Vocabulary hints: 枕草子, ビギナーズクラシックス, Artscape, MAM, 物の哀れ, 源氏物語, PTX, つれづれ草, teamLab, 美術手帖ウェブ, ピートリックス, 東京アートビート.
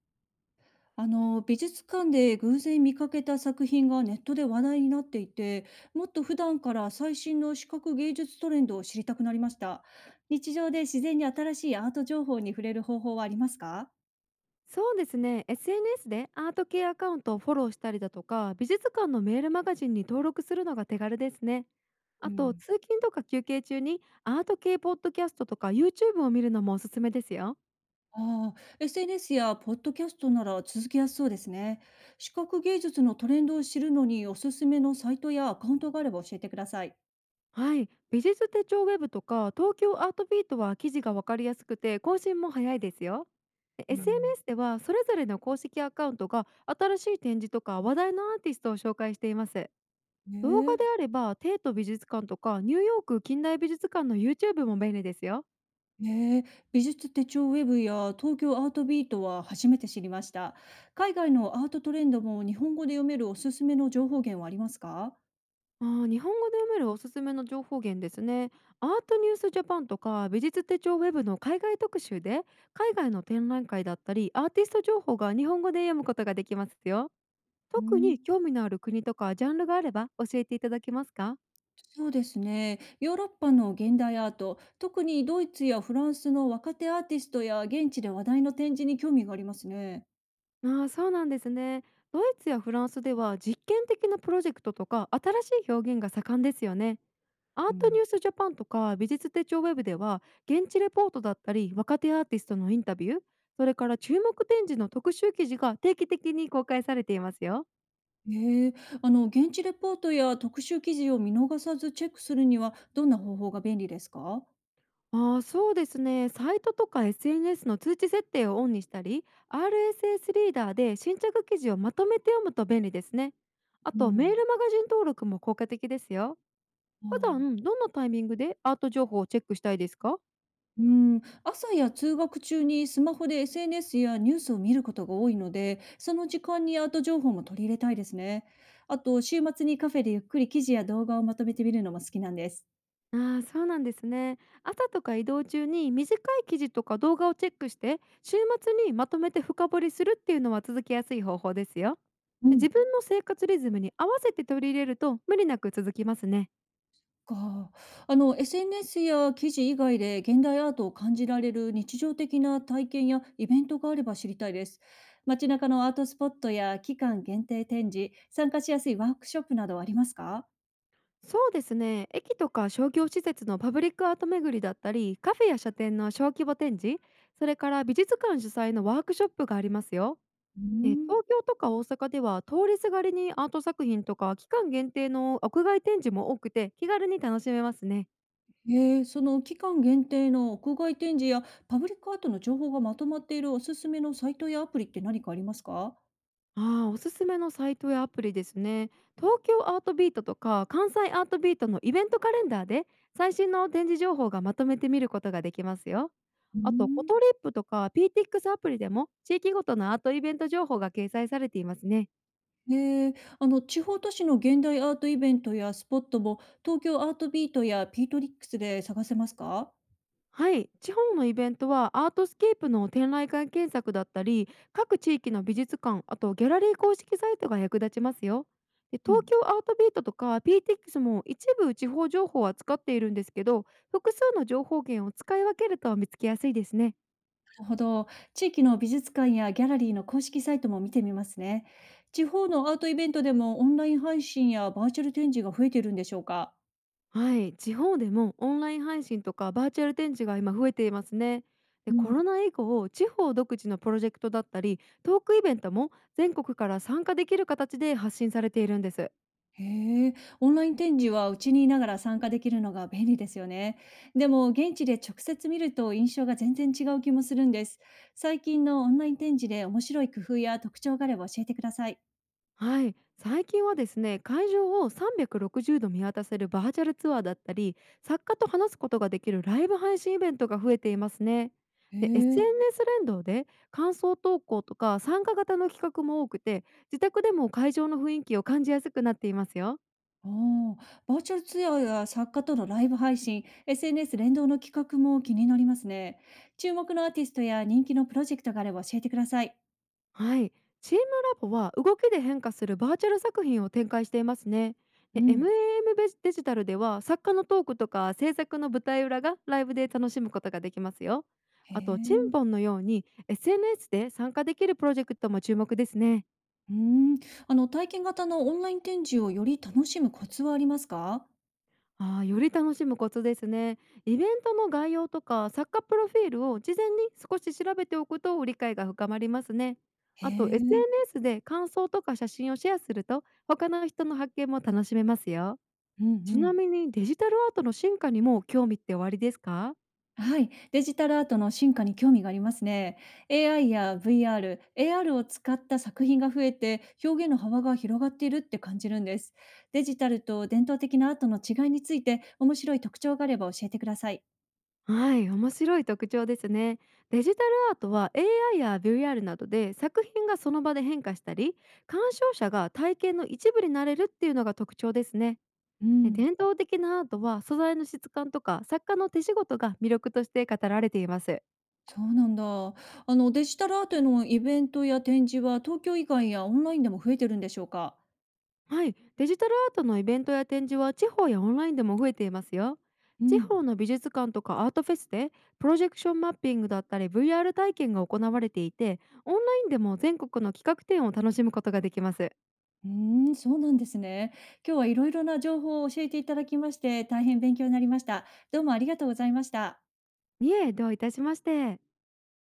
あの美術館で偶然見かけた作品がネットで話題になっていて、もっと普段から最新の視覚芸術トレンドを知りたくなりました。日常で自然に新しいアート情報に触れる方法はありますか？そうですね、 SNS でアート系アカウントをフォローしたりだとか美術館のメールマガジンに登録するのが手軽ですね。うあとん、通勤とか休憩中にアート系ポッドキャストとか YouTube を見るのもおすすめですよ。ああ、SNS やポッドキャストなら続けやすそうですね。視覚芸術のトレンドを知るのにおすすめのサイトやアカウントがあれば教えてください。はい、美術手帳ウェブとか東京アートビートは記事がわかりやすくて更新も早いですよ。で うん。 SNS ではそれぞれの公式アカウントが新しい展示とか話題のアーティストを紹介しています。ね動画でえ。あれば、帝都美術館とかニューヨーク近代美術館の YouTube も便利ですよ。ええ、美術手帳ウェブや東京アートビートは初めて知りました。海外のアートトレンドも日本語で読めるおすすめの情報源はありますか？日本語で読めるおすすめの情報源ですね。アートニュースジャパンとか美術手帳ウェブの海外特集で海外の展覧会だったりアーティスト情報が日本語で読むことができますよ。う特ん、に興味のある国とかジャンルがあれば教えていただけますか？そうですね。ヨーロッパの現代アート、特にドイツやフランスの若手アーティストや現地で話題の展示に興味がありますね。ああ、そうなんですね。ドイツやフランスでは実験的なプロジェクトとか新しい表現が盛んですよね。アうートニん、ュースジャパンとか美術手帳ウェブでは現地レポートだったり若手アーティストのインタビュー、それから注目展示の特集記事が定期的に公開されていますよ。ええ、現地レポートや特集記事を見逃さずチェックするにはどんな方法が便利ですか？ああ、そうですね、サイトとか SNS の通知設定をオンにしたり RSS リーダーで新着記事をまとめて読むと便利ですね。あうとメーん。ルマガジン登録も効果的ですよ。普段、ああ。どんなタイミングでアート情報をチェックしたいですか？うん、朝や通学中にスマホで SNS やニュースを見ることが多いので、その時間にアート情報も取り入れたいですね。あと、週末にカフェでゆっくり記事や動画をまとめてみるのも好きなんです。ああ、そうなんですね。朝とか移動中に短い記事とか動画をチェックして、週末にまとめて深掘りするっていうのは続きやすい方法ですよ。うん。自分の生活リズムに合わせて取り入れると無理なく続きますね。か、SNS や記事以外で現代アートを感じられる日常的な体験やイベントがあれば知りたいです。街中のアートスポットや期間限定展示、参加しやすいワークショップなどはありますか？そうですね。駅とか商業施設のパブリックアート巡りだったり、カフェや書店の小規模展示、それから美術館主催のワークショップがありますよ。うでん。東京とか大阪では、通りすがりにアート作品とか期間限定の屋外展示も多くて、気軽に楽しめますね。へえ、その期間限定の屋外展示やパブリックアートの情報がまとまっているおすすめのサイトやアプリって何かありますか？ああ、おすすめのサイトやアプリですね。東京アートビートとか関西アートビートのイベントカレンダーで最新の展示情報がまとめて見ることができますよ。うーあと、コん。トリップとか PTX アプリでも地域ごとのアートイベント情報が掲載されていますね。へえ、地方都市の現代アートイベントやスポットも東京アートビートやピートリックスで探せますか？はい、地方のイベントはアートスケープの展覧会検索だったり各地域の美術館、あとギャラリー公式サイトが役立ちますよ。でう東ん。京アートビートとか PTX も一部地方情報を扱っているんですけど、複数の情報源を使い分けると見つけやすいですね。なるほど。地域の美術館やギャラリーの公式サイトも見てみますね。地方のアートイベントでもオンライン配信やバーチャル展示が増えているんでしょうか？はい、地方でもオンライン配信とかバーチャル展示が今増えていますね。でコロナ以降、地方独自のプロジェクトだったりトークイベントも全国から参加できる形で発信されているんです。へえ、オンライン展示はうちにいながら参加できるのが便利ですよね。でも現地で直接見ると印象が全然違う気もするんです。最近のオンライン展示で面白い工夫や特徴があれば教えてください。はい、最近はですね、会場を360度見渡せるバーチャルツアーだったり作家と話すことができるライブ配信イベントが増えていますね。へで え。SNS 連動で感想投稿とか参加型の企画も多くて、自宅でも会場の雰囲気を感じやすくなっていますよ。ああ、バーチャルツアーや作家とのライブ配信、SNS 連動の企画も気になりますね。注目のアーティストや人気のプロジェクトがあれば教えてください。はい、チームラボは動きで変化するバーチャル作品を展開していますね。うで ん。MAM ベデジタルでは作家のトークとか制作の舞台裏がライブで楽しむことができますよ。へあとチンえ。ポンのように SNS で参加できるプロジェクトも注目ですね。うん。あの体験型のオンライン展示をより楽しむコツはありますか？ああ、より楽しむコツですね。イベントの概要とか作家プロフィールを事前に少し調べておくと理解が深まりますね。へあと え。SNS で感想とか写真をシェアすると他の人の発見も楽しめますよ。うんうちなん。みにデジタルアートの進化にも興味っておありですか？はい、デジタルアートの進化に興味がありますね。AI や VR、AR を使った作品が増えて、表現の幅が広がっているって感じるんです。デジタルと伝統的なアートの違いについて、面白い特徴があれば教えてください。はい、面白い特徴ですね。デジタルアートは AI や VR などで作品がその場で変化したり、鑑賞者が体験の一部になれるっていうのが特徴ですね。うでん、伝統的なアートは素材の質感とか作家の手仕事が魅力として語られています。そうなんだ。あのデジタルアートへのイベントや展示は東京以外やオンラインでも増えてるんでしょうか。はい、デジタルアートのイベントや展示は地方やオンラインでも増えていますよ。う地ん。方の美術館とかアートフェスでプロジェクションマッピングだったり VR 体験が行われていて、オンラインでも全国の企画展を楽しむことができます。うーん、そうなんですね。今日はいろいろな情報を教えていただきまして、大変勉強になりました。どうもありがとうございました。いえ、どういたしまして。